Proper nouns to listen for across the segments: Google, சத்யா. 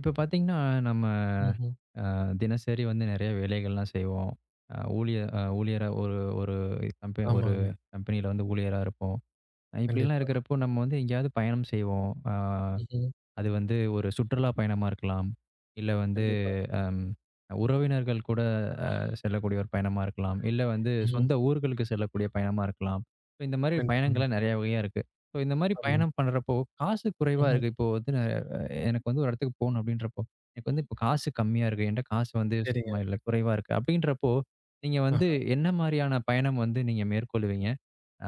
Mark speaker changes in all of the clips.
Speaker 1: இப்ப பார்த்தீங்கன்னா, நம்ம
Speaker 2: ம்ஹ்ம்.
Speaker 1: அ தினசரி வந்து நெறைய வேலைகள்லாம் செய்வோம். அ ஊழிய அ ஊழியரா ஒரு ஒரு ஒரு
Speaker 2: ஆமாங்க.
Speaker 1: கம்பெனியில வந்து ஊழியரா இருப்போம். இப்படிலாம்
Speaker 2: கண்டிப்பா.
Speaker 1: இருக்கிறப்போ நம்ம வந்து எங்கேயாவது பயணம் செய்வோம்.
Speaker 2: ம்ஹ்ம்.
Speaker 1: அது வந்து ஒரு சுற்றுலா பயணமா இருக்கலாம். இல்ல வந்து
Speaker 2: கண்டிப்பா.
Speaker 1: அம் உறவினர்கள் கூட அ செல்லக்கூடிய ஒரு பயணமா இருக்கலாம். இல்ல வந்து
Speaker 2: ம்ஹ்ம்.
Speaker 1: சொந்த ஊர்களுக்கு செல்லக்கூடிய பயணமா இருக்கலாம். ஸோ இந்த மாரி
Speaker 2: கண்டிப்பாங்க.
Speaker 1: பயணங்கள்லாம் நெறைய வகையா இருக்கு. ஸோ இந்த மாரி
Speaker 2: ஆமா.
Speaker 1: பயணம் பண்றப்போ காசு குறைவா
Speaker 2: ம்ஹ்ம்.
Speaker 1: இருக்கு. இப்போ வந்து நான் எனக்கு வந்து ஒரு இடத்துக்கு போணும் அப்படின்றப்போ, எனக்கு வந்து இப்போ காசு கம்மியா இருக்கு. என்ட்ட காசு வந்து
Speaker 2: சரிங்க.
Speaker 1: சுத்தமா இல்ல. குறைவா இருக்கு. அப்படின்றப்போ, நீங்க வந்து
Speaker 2: ஆஹா.
Speaker 1: என்ன மாரியான பயணம் வந்து நீங்க மேற்கொள்வீங்க?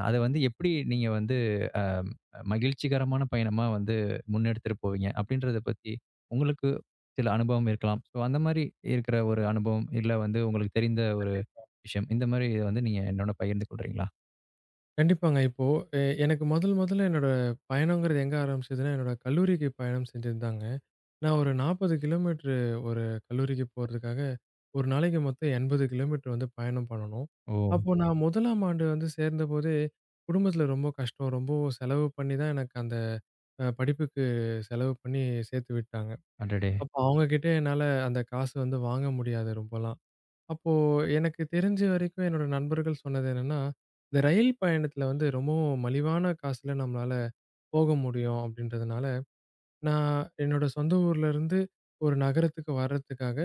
Speaker 1: அத வந்து எப்படி நீங்க வந்து அ மகிழ்ச்சிகரமான பயணமா வந்து முன்னெடுத்துட்டு போவீங்க? அப்படின்றத பத்தி உங்களுக்கு சில அனுபவம் இருக்கலாம். ஸோ அந்த மாரி இருக்கிற ஒரு அனுபவம், இல்ல வந்து உங்களுக்கு தெரிந்த ஒரு விஷயம், இந்த மாரி இத வந்து நீங்க என்னோட பகிர்ந்து கொள்றீங்களா?
Speaker 2: கண்டிப்பாங்க. இப்போ எனக்கு முதல் முதல்ல என்னோட பயணங்கிறது எங்க ஆரம்பிச்சதுன்னா, என்னோட கல்லூரிக்கு பயணம் செஞ்சிருந்தாங்க. நான் ஒரு 40 கிலோமீட்டர் ஒரு கல்லூரிக்கு போறதுக்காக, ஒரு நாளைக்கு மொத்தம் 80 கிலோமீட்டர் வந்து பயணம் பண்ணணும்.
Speaker 1: ஓ!
Speaker 2: அப்போ நான் 1ஆம் ஆண்டு வந்து சேர்ந்தபோதே, குடும்பத்தில ரொம்ப கஷ்டம். ரொம்ப செலவு பண்ணி தான் எனக்கு அந்த படிப்புக்கு செலவு பண்ணி சேர்த்து விட்டாங்க.
Speaker 1: அடடே!
Speaker 2: அப்ப அவங்க கிட்ட என்னால அந்த காசு வந்து வாங்க முடியாது ரொம்பலாம். அப்போ எனக்கு தெரிஞ்ச வரைக்கும் என்னோட நண்பர்கள் சொன்னது என்னன்னா, இந்த ரயில் பயணத்துல வந்து ரொம்பவும் மலிவான காசுல நம்மளால போக முடியும் அப்படின்றதுனால, நான் என்னோட சொந்த ஊர்ல இருந்து ஒரு நகரத்துக்கு வர்றதுக்காக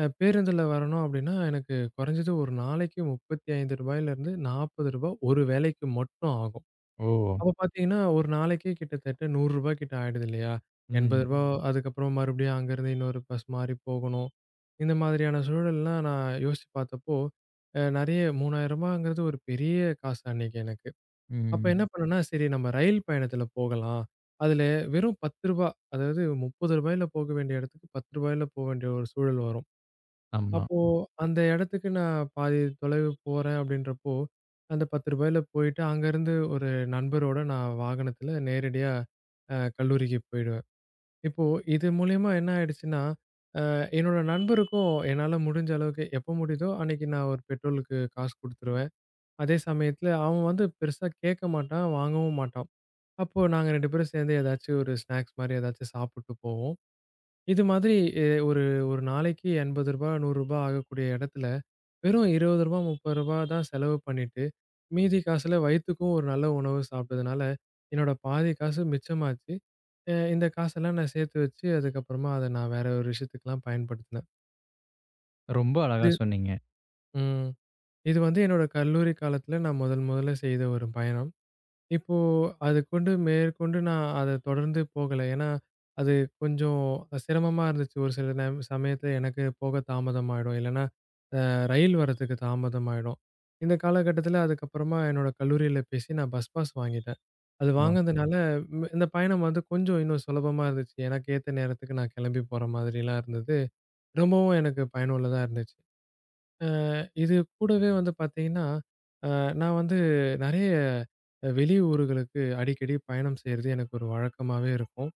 Speaker 2: பேருந்துல வரணும் அப்படின்னா, எனக்கு குறைஞ்சது ஒரு நாளைக்கு ரூ. 35ல இருந்து ரூ. 40 ஒரு வேளைக்கு மட்டும் ஆகும்.
Speaker 1: ஓ!
Speaker 2: அப்ப பார்த்தீங்கன்னா, ஒரு நாளைக்கே கிட்டத்தட்ட ரூ. 100 கிட்ட ஆயிடுது இல்லையா? ரூ.
Speaker 1: ம்.
Speaker 2: 80 அதுக்கப்புறம் மறுபடியும் அங்கருந்து இன்னொரு பஸ் மாறி போகணும். இந்த மாதிரியான சூழல்லாம் நான் யோசிச்சு பார்த்தப்போ, நெறைய ரூ. 3000ங்கிறது ஒரு பெரிய காசு அன்னைக்கு எனக்கு. அப்ப
Speaker 1: ம்.
Speaker 2: என்ன பண்ணேன்னா, சரி நம்ம ரயில் பயணத்துல போகலாம். அதுல வெறும் ரூ. 10 அதாவது ரூ. 30ல போக வேண்டிய இடத்துக்கு ரூ. 10ல போ வேண்டிய ஒரு சூழல் வரும்.
Speaker 1: ஆமா.
Speaker 2: அப்போ அந்த இடத்துக்கு நான் பாதி தொலைவு போறேன் அப்படின்றப்போ, அந்த ரூ. 10ல போயிட்டு அங்கருந்து ஒரு நண்பரோட நான் வாகனத்துல நேரடியா கல்லூரிக்கு போயிடுவேன். இப்போ இது மூலியமா என்ன ஆயிடுச்சுன்னா, என்னோட நண்பருக்கும் என்னால முடிஞ்ச அளவுக்கு எப்ப முடியுதோ அன்னைக்கு நான் ஒரு பெட்ரோலுக்கு காசு குடுத்துருவேன். அதே சமயத்துல அவன் வந்து பெருசா கேட்க மாட்டான், வாங்கவும் மாட்டான். அப்போ நாங்க 2 பேரும் சேர்ந்து ஏதாச்சும் ஒரு ஸ்நாக்ஸ் மாரி ஏதாச்சும் சாப்பிட்டு போவோம். இது மாதிரி ஒரு ஒரு நாளைக்கு ரூ. 80 ரூ. 100 ஆகக்கூடிய இடத்துல, வெறும் ரூ. 20 ரூ. 30 தான் செலவு பண்ணிட்டு, மீதி காசுல வயித்துக்கும் ஒரு நல்ல உணவு சாப்பிட்டதுனால, என்னோட பாதி காசு மிச்சமாச்சு. இந்த காசெல்லாம் நான் சேர்த்து வச்சு, அதுக்கப்புறமா அத நான் வேற ஒரு விஷயத்துக்குலாம் பயன்படுத்தினேன்.
Speaker 1: ரொம்ப அழகா
Speaker 2: இது
Speaker 1: சொன்னீங்க.
Speaker 2: ம். இது வந்து என்னோட கல்லூரி காலத்துல நான் முதல் முதல்ல செய்த ஒரு பயணம். இப்போ அது கொண்டு மேற்கொண்டு நான் அத தொடர்ந்து போகல. ஏன்னா, அது கொஞ்சம் சிரமமா இருந்துச்சு. ஒரு சில சமயத்துல எனக்கு போக தாமதமாயிடும். இல்லன்னா, அ ரயில் வரதுக்கு தாமதமாயிடும். இந்த காலகட்டத்துல அதுக்கப்புறமா என்னோட கல்லூரியில பேசி நான் பஸ் பாஸ் வாங்கிட்டேன். அது
Speaker 1: ஓ!
Speaker 2: வாங்குனதுனால இந்த பயணம் வந்து கொஞ்சம் இன்னும் சுலபமா இருந்துச்சு. எனக்கு ஏத்த நேரத்துக்கு நான் கிளம்பி போற மாதிரிலாம் இருந்தது. ரொம்பவும் எனக்கு பயனுள்ளதா இருந்துச்சு. இது கூடவே வந்து பார்த்தீங்கன்னா, அ நான் வந்து நெறைய வெளியூர்களுக்கு அடிக்கடி பயணம் செய்றது எனக்கு ஒரு வழக்கமாவே இருக்கும்.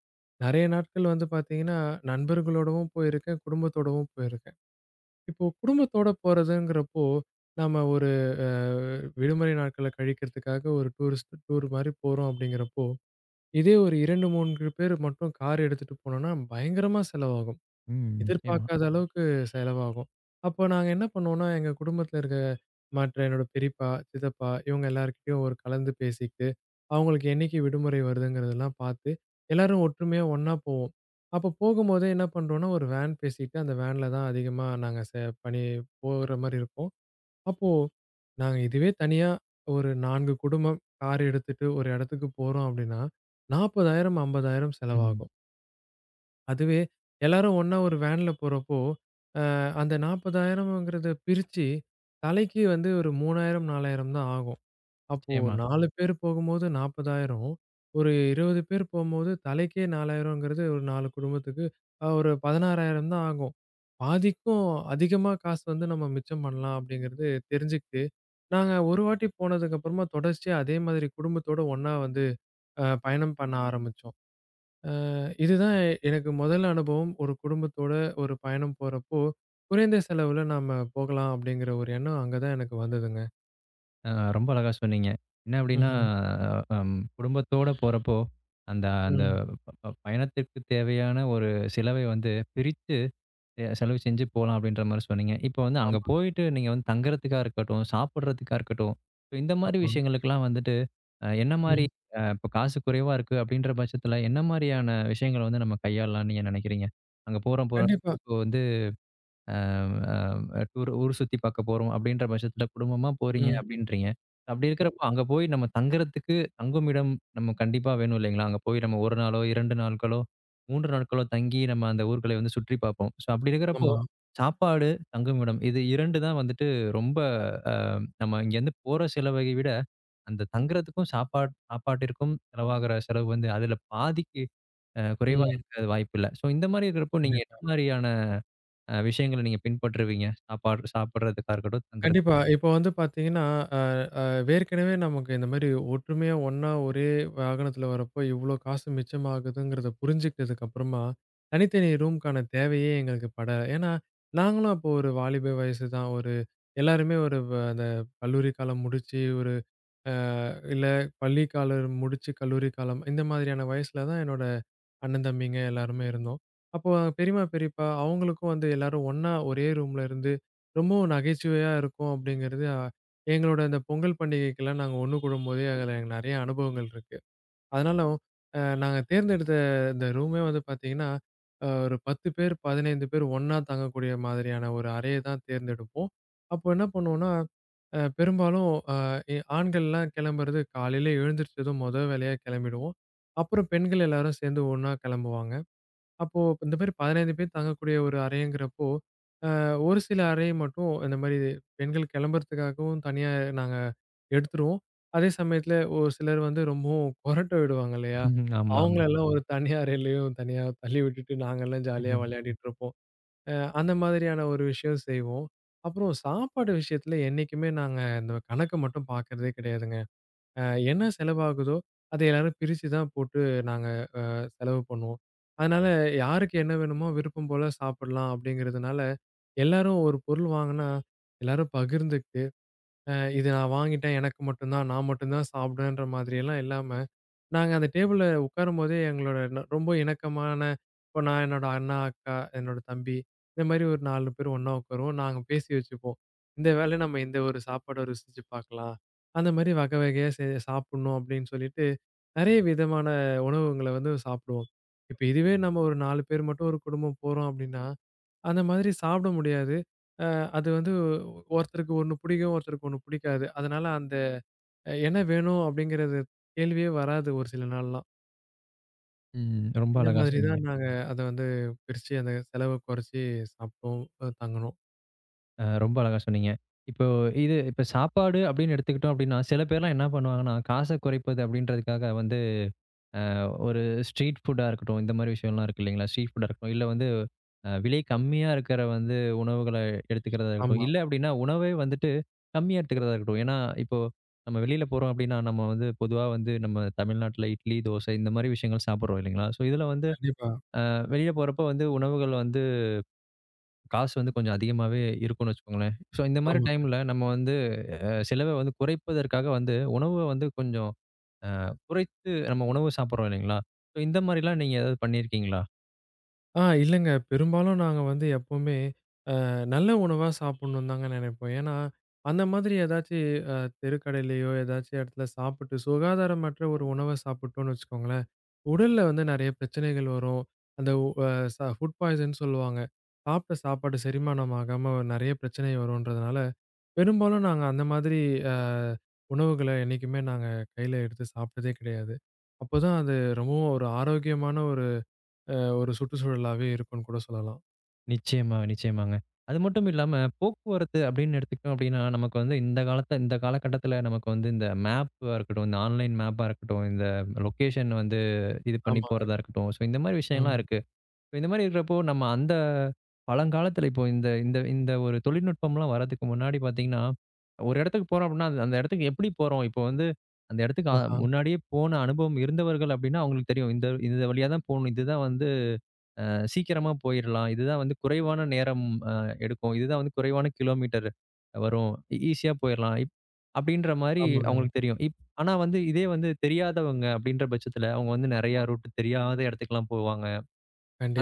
Speaker 2: நெறைய நாட்கள் வந்து பார்த்தீங்கன்னா, நண்பர்களோடவும் போயிருக்கேன், குடும்பத்தோடவும் போயிருக்கேன். இப்போ குடும்பத்தோட போறதுங்கிறப்போ, நாம ஒரு அ விடுமுறை நாட்கள கழிக்கிறதுக்காக ஒரு டூரிஸ்ட் டூர் மாரி போறோம் அப்படிங்கிறப்போ, இதே ஒரு 2, 3 பேர் மட்டும் கார் எடுத்துட்டு போனோம்னா பயங்கரமா செலவாகும்.
Speaker 1: ம். நிச்சயமா.
Speaker 2: எதிர்பார்க்காத அளவுக்கு செலவாகும். அப்போ நாங்க என்ன பண்ணோம்னா, எங்க குடும்பத்தில இருக்க மற்ற என்னோட பெரியப்பா, சித்தப்பா இவங்க எல்லார்கிட்டயும் ஒரு கலந்து பேசிக்கிட்டு, அவங்களுக்கு என்னைக்கு விடுமுறை வருதுங்கிறதெல்லாம் பார்த்து, எல்லாரும் ஒற்றுமையா ஒண்ணா போவோம். அப்போ போகும்போதே என்ன பண்றோம்னா, ஒரு வேன் பேசிட்டு அந்த வேன்ல தான் அதிகமா நாங்க பணி போற மாரி இருக்கும். அப்போ நாங்க இதுவே தனியா ஒரு 4 குடும்பம் கார் எடுத்துட்டு ஒரு இடத்துக்கு போறோம் அப்படின்னா, 40,000, 50,000
Speaker 1: ம்ஹ்ம்.
Speaker 2: செலவாகும். அதுவே எல்லாரும் ஒண்ணா ஒரு வேன்ல போறப்போ, அ அந்த 40,000ங்கிறத பிரிச்சு, தலைக்கு வந்து ஒரு 3,000 4,000 தான் ஆகும். அப்போ
Speaker 1: நிச்சயமா.
Speaker 2: 4 பேர் போகும்போது 40,000 ஒரு 20 பேர் போம்போது தலைக்கே 4,000ங்கிறது ஒரு 4 குடும்பத்துக்கு ஒரு 16,000 தான் ஆகும். பாதிக்கும் அதிகமா காசு வந்து நம்ம மிச்சம் பண்ணலாம் அப்படிங்கிறது தெரிஞ்சுக்கிட்டு, நாங்க ஒரு வாட்டி போனதுக்கப்புறமா தொடர்ச்சியா அதே மாதிரி குடும்பத்தோட ஒண்ணா வந்து பயணம் பண்ண ஆரம்பிச்சோம். அ இதுதான் எனக்கு முதல் அனுபவம். ஒரு குடும்பத்தோட ஒரு பயணம் போறப்போ, குறைந்த செலவுல நாம போகலாம் அப்படிங்கிற ஒரு எண்ணம் அங்க தான் எனக்கு வந்ததுங்க.
Speaker 1: அ ரொம்ப அழகா சொன்னீங்க. என்ன அப்டின்னா,
Speaker 2: ம்ஹ்ம்.
Speaker 1: குடும்பத்தோட போறப்போ, அந்த அந்த
Speaker 2: ம்.
Speaker 1: ப ப பயணத்திற்கு தேவையான ஒரு செலவை வந்து பிரித்து செலவு செஞ்சு போலாம் அப்டின்ற மாரி சொன்னீங்க. இப்போ வந்து அங்க
Speaker 2: ஆமா,
Speaker 1: போயிட்டு நீங்க வந்து தங்குறதுக்கா இருக்கட்டும், சாப்பிடுறதுக்கா இருக்கட்டும், ஸோ இந்த மாரி
Speaker 2: ஆமா.
Speaker 1: விஷயங்களுக்கெல்லாம் வந்துட்டு என்ன மாரி
Speaker 2: ம்.
Speaker 1: இப்போ காசு குறைவா இருக்கு அப்படின்ற பட்சத்தில என்ன மாரியான விஷயங்கள வந்து நம்ம கையாளலாம்னு நீங்க நினைக்கிறீங்க? அங்க போறோம் போறோம்
Speaker 2: கண்டிப்பா.
Speaker 1: டூர் ஊர் சுத்தி பார்க்க போறோம் அப்படின்ற பட்சத்தில குடும்பமா போறீங்க
Speaker 2: ம்.
Speaker 1: அப்படின்றீங்க. அப்படி இருக்கிறப்போ
Speaker 2: ஆமா,
Speaker 1: அங்க போய் நம்ம தங்குறதுக்கு தங்குமிடம் நம்ம கண்டிப்பா வேணும் இல்லைங்களா? அங்க போய் நம்ம 1 நாளோ, 2 நாட்களோ, 3 நாட்களோ தங்கி நம்ம அந்த ஊர்களை வந்து சுற்றி பார்ப்போம். ஸோ அப்படி இருக்கிறப்போ
Speaker 2: ஆமா.
Speaker 1: சாப்பாடு, தங்குமிடம் இது 2 தான் வந்துட்டு ரொம்ப அ நம்ம இங்கேருந்து போற செலவை விட அந்த தங்குறதுக்கும் சாப்பாட்டிற்கும் செலவாகிற செலவு வந்து அதில பாதிக்கு குறைவா
Speaker 2: ம்.
Speaker 1: இருக்க வாய்ப்பில்ல. ஸோ இந்த மாரி இருக்கிறப்போ நீங்க என்ன
Speaker 2: கண்டிப்பா.
Speaker 1: மாரியான விஷயங்கள நீங்க பின்பற்றுவீங்க. சாப்பாடு சாப்பிடுறதுக்கா இருக்கட்டும், தங்குறது
Speaker 2: கண்டிப்பா. இப்போ வந்து பார்த்தீங்கன்னா, அ அ வேற்கனவே நமக்கு இந்த மாரி ஒற்றுமையா ஒண்ணா ஒரே வாகனத்துல வரப்போ இவ்ளோ காசு மிச்சமாகுதுங்கிறத புரிஞ்சுக்கிட்டதுக்கு அப்புறமா, தனித்தனி ரூம்க்கான தேவையே எங்களுக்கு பட ஏன்னா, நாங்களும் அப்போ ஒரு வாலிப வயசு தான். ஒரு எல்லாருமே ஒரு அந்த கல்லூரி காலம் முடிச்சு ஒரு அ இல்ல பள்ளி காலம் முடிச்சு கல்லூரி காலம், இந்த மாதிரியான வயசுல தான் என்னோட அண்ணன், தம்பிங்க எல்லாருமே இருந்தோம். அப்போ பெரியம்மா, பெரியப்பா அவங்களுக்கும் வந்து எல்லாரும் ஒண்ணா ஒரே ரூம்ல இருந்து ரொம்பவும் நகைச்சுவையா இருக்கும் அப்படிங்கிறது, எங்களோட அந்த பொங்கல் பண்டிகைக்கெல்லாம் நாங்க ஒண்ணு கூடும்போதே அதில எனக்கு நெறைய அனுபவங்கள் இருக்கு. அதனாலும், நாங்க தேர்ந்தெடுத்த இந்த ரூமே வந்து பார்த்தீங்கன்னா, ஒரு 10 பேர், 15 பேர் ஒண்ணா தங்கக்கூடிய மாதிரியான ஒரு அறைய தான் தேர்ந்தெடுப்போம். அப்போ என்ன பண்ணுவோம்னா, பெரும்பாலும் அ எ ஆண்கள்லாம் கிளம்புறது காலையில எழுந்திரிச்சதும் மொத வேலையா கிளம்பிடுவோம். அப்புறம் பெண்கள் எல்லாரும் சேர்ந்து ஒண்ணா கிளம்புவாங்க. அப்போ இந்த மாரி 15 பேர் தங்கக்கூடிய ஒரு அறைங்கிறப்போ, அ ஒரு சில அறைய மட்டும் இந்த மாரி பெண்கள் கிளம்புறதுக்காகவும் தனியா நாங்க எடுத்துருவோம். அதே சமயத்துல ஒரு சிலர் வந்து ரொம்பவும் கொறட்ட விடுவாங்க இல்லையா?
Speaker 1: ம்.
Speaker 2: ஆமா.
Speaker 1: ஆமா, ஆமா.
Speaker 2: அவங்களெல்லாம் ஒரு தனி அறையிலயும் தனியா தள்ளி விட்டுட்டு நாங்கலாம் ஜாலியா
Speaker 1: ம்.
Speaker 2: விளையாடிட்டு இருப்போம். அ அந்த மாதிரியான ஒரு விஷயம் செய்வோம். அப்புறம் சாப்பாடு விஷயத்துல என்னைக்குமே நாங்க இந்த கணக்க மட்டும் பாக்கறதே கிடையாதுங்க. அ என்ன செலவாகுதோ, அத எல்லாரும் பிரிச்சு தான் போட்டு நாங்க செலவு பண்ணுவோம். அதனால யாருக்கு என்ன வேணுமோ விருப்பம் போல சாப்பிடலாம் அப்படிங்கிறதுனால, எல்லாரும் ஒரு பொருள் வாங்குனா, எல்லாரும் பகிர்ந்துக்கிட்டு, அ இது நான் வாங்கிட்டேன் எனக்கு மட்டும் தான், நான் மட்டும் தான் சாப்பிடுவேன்ற மாதிரியெல்லாம் இல்லாம, நாங்க அந்த டேபிள்ல உட்காரும்போதே எங்களோட ரொம்ப இணக்கமான இப்போ நான் என்னோட அண்ணா, அக்கா, என்னோட தம்பி இந்த மாரி ஒரு 4 பேர் ஒண்ணா உட்காருவோம். நாங்க பேசி வச்சுப்போம். இந்த வேளை நம்ம இந்த ஒரு சாப்பாட ருசிச்சு பார்க்கலாம். அந்த மாரி வகை வகையா சாப்பிடணும் அப்படின்னு சொல்லிட்டு நெறைய விதமான உணவுகள வந்து சாப்பிடுவோம். இப்ப இதுவே நம்ம ஒரு 4 பேர் மட்டும் ஒரு குடும்பம் போறோம் அப்டின்னா, அந்த மாதிரி சாப்பிட முடியாது. அ அது வந்து ஒருத்தருக்கு ஒண்ணு பிடிக்கும், ஒருத்தருக்கு ஒண்ணு பிடிக்காது. அதனால அந்த என்ன வேணும் அப்டிங்கிறது கேள்வியே வராது ஒரு சில நாள்லாம்.
Speaker 1: ம், ரொம்ப
Speaker 2: இந்த
Speaker 1: அழகா
Speaker 2: மாதிரி
Speaker 1: சொன்னீங்க.
Speaker 2: தான் நாங்க அத வந்து பிரிச்சு அந்த செலவ குறைச்சு சாப்ட்டோம், தங்குனோம்.
Speaker 1: ரொம்ப அழகா சொன்னீங்க. இப்போ இது இப்ப சாப்பாடு அப்படின்னு எடுத்துக்கிட்டோம் அப்படின்னா, சில பேர்லாம் என்ன பண்ணுவாங்கன்னா, காச குறைப்பது அப்படின்றதுக்காக வந்து ஒரு ஸ்ட்ரீட் ஃபுட்டா இருக்கட்டும், இந்த மாரி விஷயம்லாம் இருக்கு இல்லைங்களா? ஸ்ட்ரீட் ஃபுட்டா இருக்கட்டும், இல்ல வந்து விலை கம்மியா இருக்கிற வந்து உணவுகள எடுத்துக்கிறதா இருக்கட்டும்,
Speaker 2: ஆமா,
Speaker 1: இல்ல அப்படின்னா உணவே வந்துட்டு கம்மியா எடுத்துக்கிறதா இருக்கட்டும். ஏன்னா, இப்போ நம்ம வெளியில போறோம் அப்படின்னா, நம்ம வந்து பொதுவா வந்து நம்ம தமிழ்நாட்டுல இட்லி, தோசை இந்த மாரி விஷயங்கள் சாப்பிடுறோம் இல்லைங்களா? ஸோ இதுல வந்து
Speaker 2: கண்டிப்பா.
Speaker 1: வெளிய போறப்போ வந்து உணவுகள் வந்து காசு வந்து கொஞ்சம் அதிகமாவே இருக்கும்னு வச்சுக்கோங்களேன். ஸோ இந்த மாரி
Speaker 2: ஆமாங்க.
Speaker 1: டைம்ல நம்ம வந்து செலவ வந்து குறைப்பதற்காக வந்து உணவ வந்து கொஞ்சம் அ குறைத்து நம்ம உணவு சாப்பிடுறோம் இல்லைங்களா? ஸோ இந்த மாரிலாம் நீங்க ஏதாவது பண்ணியிருக்கீங்களா?
Speaker 2: இல்லங்க பெரும்பாலும் நாங்க வந்து எப்பவுமே நல்ல உணவா சாப்பிடணும்னு தாங்க நினைப்போம். ஏன்னா, அந்த மாதிரி ஏதாச்சு அ தெருக்கடையிலயோ, ஏதாச்சும் இடத்துல சாப்பிட்டு சுகாதாரமற்ற ஒரு உணவ சாப்பிட்டோம்னு வச்சுக்கோங்களேன், உடல்ல வந்து நெறைய பிரச்சனைகள் வரும். அந்த உ அ ச ஃபுட் பாய்சன் சொல்லுவாங்க. சாப்பிட்ட சாப்பாடு செரிமானம் ஆகாம நெறைய பிரச்சனை வரும்ன்றதுனால, பெரும்பாலும் நாங்க அந்த மாதிரி அ உணவுகள என்னைக்குமே நாங்க கையில எடுத்து சாப்பிட்டதே கிடையாது. அப்பதான் அது ரொம்பவும் ஒரு ஆரோக்கியமான ஒரு ஒரு சுற்றுச்சூழலாவே இருக்கும்னு கூட சொல்லலாம்.
Speaker 1: நிச்சயமா, நிச்சயமாங்க. அது மட்டும் இல்லாம போக்குவரத்து அப்படின்னு எடுத்துக்கிட்டோம் அப்படின்னா, நமக்கு வந்து இந்த காலத்த இந்த காலகட்டத்தில நமக்கு வந்து இந்த மேப்பா இருக்கட்டும், இந்த ஆன்லைன் மேப்பா இருக்கட்டும், இந்த லொக்கேஷன் வந்து இது பண்ணி
Speaker 2: ஆமாங்க.
Speaker 1: போறதா இருக்கட்டும். ஸோ இந்த மாரி விஷயம்லாம்
Speaker 2: ம்.
Speaker 1: இருக்கு. So இந்த மாரி இருக்கிறப்போ நம்ம அந்த பழங்காலத்தில இப்போ இந்த இந்த இந்த ஒரு தொழில்நுட்பம்லாம் வர்றதுக்கு முன்னாடி பார்த்தீங்கன்னா, ஒரு இடத்துக்கு போறோம் அப்படின்னா, அந்த அந்த இடத்துக்கு எப்படி போறோம்? இப்போ வந்து அந்த இடத்துக்கு
Speaker 2: ஆஹா.
Speaker 1: முன்னாடியே போன அனுபவம் இருந்தவர்கள் அப்படின்னா, அவங்களுக்கு தெரியும். இந்த இந்த வழியா தான் போணும். இதுதான் வந்து அ சீக்கிரமா போயிரலாம். இதுதான் வந்து குறைவான நேரம் எடுக்கும். இதுதான் வந்து குறைவான கிலோமீட்டர் வரும். ஈஸியா போயிரலாம். அப்படின்ற மாரி
Speaker 2: ஆமாங்க.
Speaker 1: அவங்களுக்கு தெரியும். ஆனா வந்து இதே வந்து தெரியாதவங்க அப்படின்ற பட்சத்துல, அவங்க வந்து நெறைய ரூட் தெரியாத இடத்துக்குலாம் போவாங்க.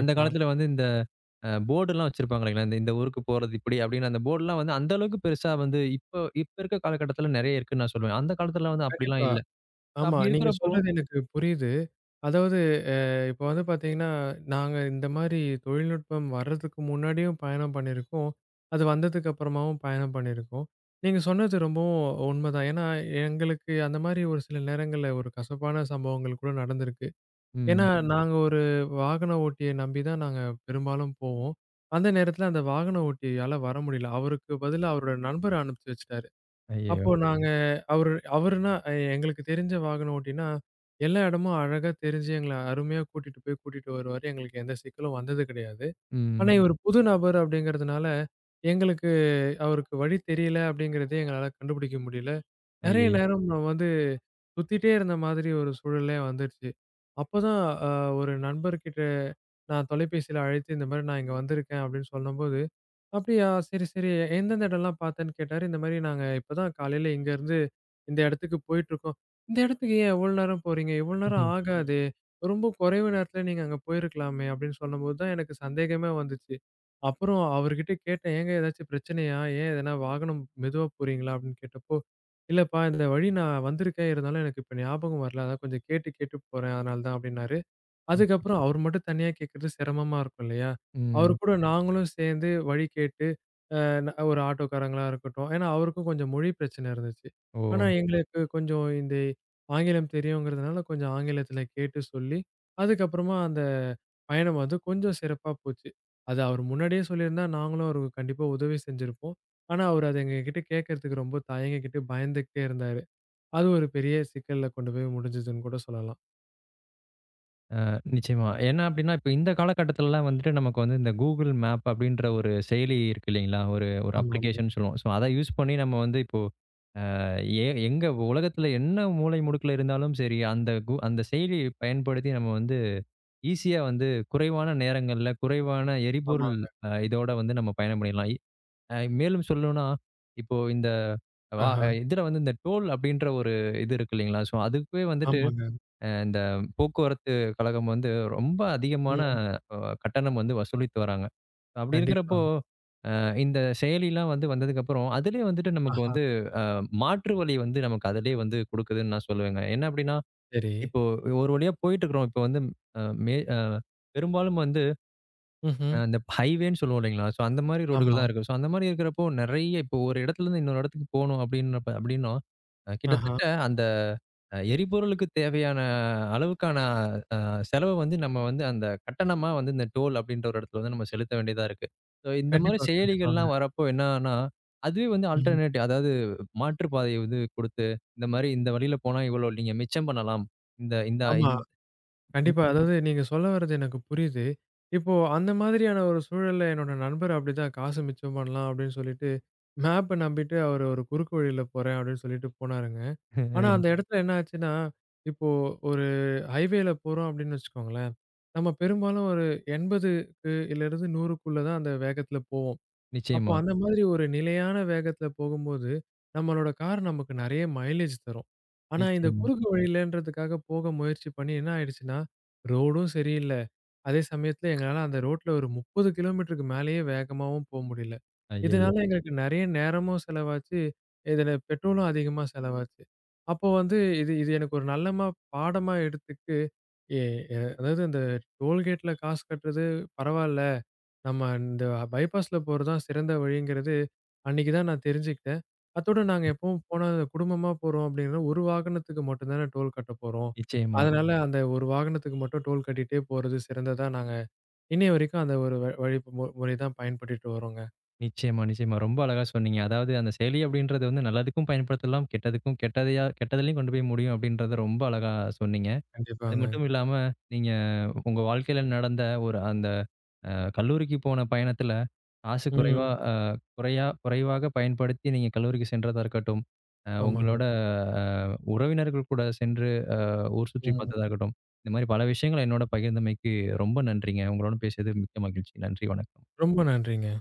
Speaker 1: அந்த காலத்துல வந்து இந்த போர்டுலாம் வச்சிருப்பாங்க இல்லைங்களா? இந்த இந்த ஊருக்கு போறது இப்படி அப்படின்னு அந்த போர்டுலாம் வந்து அந்த அளவுக்கு பெருசா வந்து இப்போ இப்ப இருக்க காலகட்டத்துல நெறைய இருக்குன்னு நான் சொல்லுவேன். அந்த காலத்துல வந்து அப்படிலாம்
Speaker 2: கண்டிப்பா.
Speaker 1: இல்ல. சோ
Speaker 2: ஆமா.
Speaker 1: அப்படி
Speaker 2: நீங்க
Speaker 1: இருக்கிறப்போ
Speaker 2: சொல்றது எனக்கு புரியுது. அதாவது அ இப்போ வந்து பார்த்தீங்கன்னா, நாங்க இந்த மாரி தொழில்நுட்பம் வர்றதுக்கு முன்னாடியும் பயணம் பண்ணியிருக்கோம். அது வந்ததுக்கு அப்புறமாவும் பயணம் பண்ணியிருக்கோம். நீங்க சொன்னது ரொம்பவும் உண்மதான். ஏன்னா, எங்களுக்கு அந்த மாரி ஒரு சில நேரங்கள்ல ஒரு கசப்பான சம்பவங்கள் கூட நடந்திருக்கு. ஏன்னா,
Speaker 1: ம்.
Speaker 2: நாங்க ஒரு வாகன ஓட்டிய நம்பி தான் நாங்க பெரும்பாலும் போவோம். அந்த நேரத்தில அந்த வாகன ஓட்டியால வர முடியல. அவருக்கு பதிலா அவரோட நண்பர் அனுப்பிச்சு வச்சுட்டாரு.
Speaker 1: ஐயயோ!
Speaker 2: அப்போ நாங்க அவருன்னா எங்களுக்கு தெரிஞ்ச வாகனம் ஓட்டினா, எல்லா இடமும் அழகா தெரிஞ்சு எங்கள அருமையா கூட்டிட்டு போய் கூட்டிட்டு வருவாரு. எங்களுக்கு எந்த சிக்கலும் வந்தது கிடையாது. ஆனா,
Speaker 1: ம்.
Speaker 2: இவரு புது நபர் அப்படிங்கிறதுனால, எங்களுக்கு அவருக்கு வழி தெரியல அப்படிங்கிறதே எங்களால கண்டுபிடிக்க முடியல. நெறைய
Speaker 1: ஐயயோ!
Speaker 2: நேரம் நான் வந்து சுத்திட்டே இருந்த மாதிரி ஒரு சூழலே வந்துருச்சு. அப்பதான் அ ஒரு நண்பர்கிட்ட நான் தொலைபேசியில அழைத்து இந்த மாரி நான் இங்க வந்திருக்கேன் அப்படின்னு சொன்னபோது அப்படியா! சரி, சரி. எந்தெந்த இடம்லாம் பார்த்தேன்னு கேட்டாரு. இந்த மாரி நாங்க இப்ப தான் காலையில இங்கருந்து இந்த இடத்துக்கு போயிட்டுருக்கோம். இந்த இடத்துக்கு ஏன் எவ்வளோ நேரம் போறீங்க? இவ்வளோ நேரம்
Speaker 1: ம்ஹ்ம்.
Speaker 2: ஆகாதே! ரொம்ப குறைவு நேரத்துல நீங்க அங்க போயிருக்கலாமே! அப்படின்னு சொன்னபோது தான் எனக்கு சந்தேகமே வந்துச்சு. அப்புறம் அவர்கிட்ட கேட்டேன். ஏங்க ஏதாச்சும் பிரச்சனையா? ஏன் எதனா வாகனம் மெதுவா போறீங்களா? அப்படின்னு கேட்டப்போ, இல்லப்பா இந்த வழி நான் வந்திருக்கேன். இருந்தாலும் எனக்கு இப்ப ஞாபகம் வரல. அதான் கொஞ்சம் கேட்டு கேட்டு போறேன். அதனால தான் அப்படின்னாரு.
Speaker 1: ம்.
Speaker 2: அதுக்கப்புறம் அவர் மட்டும் தனியா கேட்கறது சிரமமா இருக்கும் இல்லையா? அவரு
Speaker 1: ம்.
Speaker 2: கூட நாங்களும் சேர்ந்து வழி கேட்டு, அ ந ஒரு ஆட்டோக்காரங்களா இருக்கட்டும். ஏன்னா அவருக்கும் கொஞ்சம் மொழி பிரச்சனை இருந்துச்சு.
Speaker 1: ஓ!
Speaker 2: ஆனா எங்களுக்கு கொஞ்சம் இந்த ஆங்கிலம் தெரியுங்கிறதுனால கொஞ்சம் ஆங்கிலத்தில கேட்டு சொல்லி, அதுக்கப்புறமா அந்த பயணம் வந்து கொஞ்சம் சிறப்பா போச்சு. அது அவர் முன்னாடியே சொல்லியிருந்தா நாங்களும் அவருக்கு கண்டிப்பா உதவி செஞ்சிருப்போம். ஆனா அவரு அத எங்ககிட்ட கேட்கறதுக்கு ரொம்ப தயங்கிக்கிட்டு பயந்துகிட்டே இருந்தாரு. அது ஒரு பெரிய சிக்கல்ல கொண்டு போய் முடிஞ்சதுன்னு கூட சொல்லலாம்.
Speaker 1: நிச்சயமா. ஏன்னா அப்டின்னா, இப்ப இந்த காலகட்டத்துலலாம் வந்துட்டு நமக்கு வந்து இந்த Google மேப் அப்டின்ற ஒரு செயலி இருக்கு இல்லைங்களா? ஒரு ஒரு
Speaker 2: ஆமாமா.
Speaker 1: அப்ளிகேஷன் சொல்லுவோம். ஸோ அத யூஸ் பண்ணி நம்ம வந்து இப்போ எங்க உலகத்துல என்ன மூலை முடுக்குல இருந்தாலும் சரி, அந்த செயலிய பயன்படுத்தி நம்ம வந்து ஈஸியா வந்து குறைவான நேரங்கள்ல, குறைவான எரிபொருள்
Speaker 2: ஆமாங்க.
Speaker 1: இதோட வந்து நம்ம பயணம் பண்ணிடலாம். இ அ மேலும் சொல்லணும்னா, இப்போ இந்த வா
Speaker 2: ஆஹா.
Speaker 1: இதுல வந்து இந்த டோல் அப்டின்ற ஒரு இது இருக்கு இல்லைங்களா? ஸோ அதுக்கே வந்துட்டு
Speaker 2: ஆமாங்க.
Speaker 1: இந்த போக்குவரத்து கழகம் வந்து ரொம்ப அதிகமான
Speaker 2: ம்.
Speaker 1: கட்டணம் வந்து வசூலித்து வராங்க. அப்படி
Speaker 2: கண்டிப்பா.
Speaker 1: இருக்கிறப்போ, இந்த செயலிலாம் வந்து வந்ததுக்கப்புறம், அதிலயே வந்துட்டு நமக்கு
Speaker 2: ஆஹா,
Speaker 1: வந்து அ மாற்று வழி வந்து நமக்கு அதிலயே வந்து குடுக்குதுன்னு நான் சொல்லுவேங்க. என்ன அப்படின்னா,
Speaker 2: சரி.
Speaker 1: இப்போ ஒரு வழியா போயிட்டுருக்கிறோம். இப்போ வந்து அ மே அ பெரும்பாலும் வந்து
Speaker 2: ம்ஹ்ம்.
Speaker 1: அந்த ஹைவேன்னு சொல்லுவோம் இல்லைங்களா? ஸோ அந்த மாரி ரோடுகள்
Speaker 2: ஆமா.
Speaker 1: தான் இருக்கு. ஸோ அந்த மாரி இருக்கிறப்போ நெறைய இப்போ ஒரு இடத்துலருந்து இன்னொரு இடத்துக்கு போணும் அப்படின்றப்ப அப்படின்னா,
Speaker 2: ஆஹா.
Speaker 1: கிட்டத்தட்ட அந்த எரிபொருளுக்கு தேவையான அளவுக்கான அ செலவு வந்து நம்ம வந்து அந்த கட்டணமா வந்து இந்த டோல் அப்படின்ற ஒரு இடத்துல வந்து நம்ம செலுத்த வேண்டியதா இருக்கு. ஸோ இந்த மாரி
Speaker 2: கண்டிப்பா,
Speaker 1: செயலிகள்லாம்
Speaker 2: கண்டிப்பாங்க.
Speaker 1: வரப்போ என்னான்னா, அதுவே வந்து
Speaker 2: ம்.
Speaker 1: ஆல்டர்னேட்டிவ் அதாவது மாற்று பாதை வந்து குடுத்து, இந்த மாரி இந்த வழியில போனா இவ்வளோ நீங்க மிச்சம் பண்ணலாம். இந்த இந்த
Speaker 2: ஆமா.
Speaker 1: இந்
Speaker 2: கண்டிப்பா. அதாவது நீங்க சொல்ல வர்றது எனக்கு புரியுது. இப்போ அந்த மாதிரியான ஒரு சூழல்ல என்னோட நண்பர் அப்படிதான் காசு மிச்சம் பண்ணலாம் அப்படின்னு சொல்லிட்டு, மேப்ப நம்பிட்டு அவரு ஒரு குறுக்கு வழியில போறேன் அப்படின்னு சொல்லிட்டு போனாருங்க. ஆனா அந்த இடத்துல என்ன ஆச்சுன்னா, இப்போ ஒரு ஹைவேல போறோம் அப்படின்னு வச்சுக்கோங்களேன். நம்ம பெரும்பாலும் ஒரு 80க்கு இல்லருந்து 100க்குள்ள தான் அந்த வேகத்துல போவோம். அப்போ
Speaker 1: நிச்சயமா,
Speaker 2: அந்த மாதிரி ஒரு நிலையான வேகத்துல போகும்போது, நம்மளோட கார் நமக்கு நெறைய மைலேஜ் தரும். ஆனா இந்த
Speaker 1: நிச்சயமா.
Speaker 2: குறுக்கு வழியிலன்றதுக்காக போக முயற்சி பண்ணி என்ன ஆயிடுச்சுன்னா, ரோடும் சரியில்ல. அதே சமயத்துல எங்களால அந்த ரோட்ல ஒரு 30 கிலோமீட்டருக்கு மேலேயே வேகமாவும் போ முடியல.
Speaker 1: ஐயய்யோ!
Speaker 2: இதனால எங்களுக்கு நெறைய நேரமும் செலவாச்சு. இதுல பெட்ரோலும் அதிகமா செலவாச்சு. அப்போ வந்து இது இது எனக்கு ஒரு நல்லமா பாடமா எடுத்துக்க எ எ அதாவது அந்த டோல்கேட்ல காசு கட்டுறது பரவால்ல. நம்ம இந்த பைபாஸ்ல போறது தான் சிறந்த வழிங்கிறது அன்னைக்கு தான் நான் தெரிஞ்சுக்கிட்டேன். அத்தோட நாங்க எப்பவும் போனா குடும்பமா போறோம் அப்படின்னா, ஒரு வாகனத்துக்கு மட்டும் தானே டோல் கட்டப் போறோம்.
Speaker 1: நிச்சயமா.
Speaker 2: அதனால அந்த ஒரு வாகனத்துக்கு மட்டும் டோல் கட்டிட்டே போறது சிறந்ததா நாங்க இன்னைய வரைக்கும் அந்த ஒரு வழி முறை தான் பயன்படுத்திட்டு வரோங்க.
Speaker 1: நிச்சயமா, நிச்சயமா. ரொம்ப அழகா சொன்னீங்க. அதாவது அந்த செயலி அப்படின்றது வந்து நல்லதுக்கும் பயன்படுத்தலாம், கெட்டதுக்கும் கெட்டதிலயும் கொண்டு போய் முடியும் அப்படின்றத ரொம்ப அழகா சொன்னீங்க. அது
Speaker 2: கண்டிப்பாங்க.
Speaker 1: மட்டும் இல்லாம, நீங்க உங்க வாழ்க்கையில நடந்த ஒரு அந்த கல்லூரிக்கு போன பயணத்துல, காசு குறைவா
Speaker 2: ம்.
Speaker 1: குறைவாக பயன்படுத்தி நீங்க கல்லூரிக்கு சென்றதா இருக்கட்டும்,
Speaker 2: ஆமாங்க.
Speaker 1: உங்களோட அ உறவினர்கள் கூட சென்று ஊர் சுற்றி
Speaker 2: ம்.
Speaker 1: பார்த்ததா இருக்கட்டும், இந்த மாரி பல விஷயங்கள என்னோட பகிர்ந்தமைக்கு ரொம்ப நன்றிங்க. உங்களோட பேசியது மிக்க மகிழ்ச்சி. நன்றி. வணக்கம்.
Speaker 2: ரொம்ப நன்றிங்க.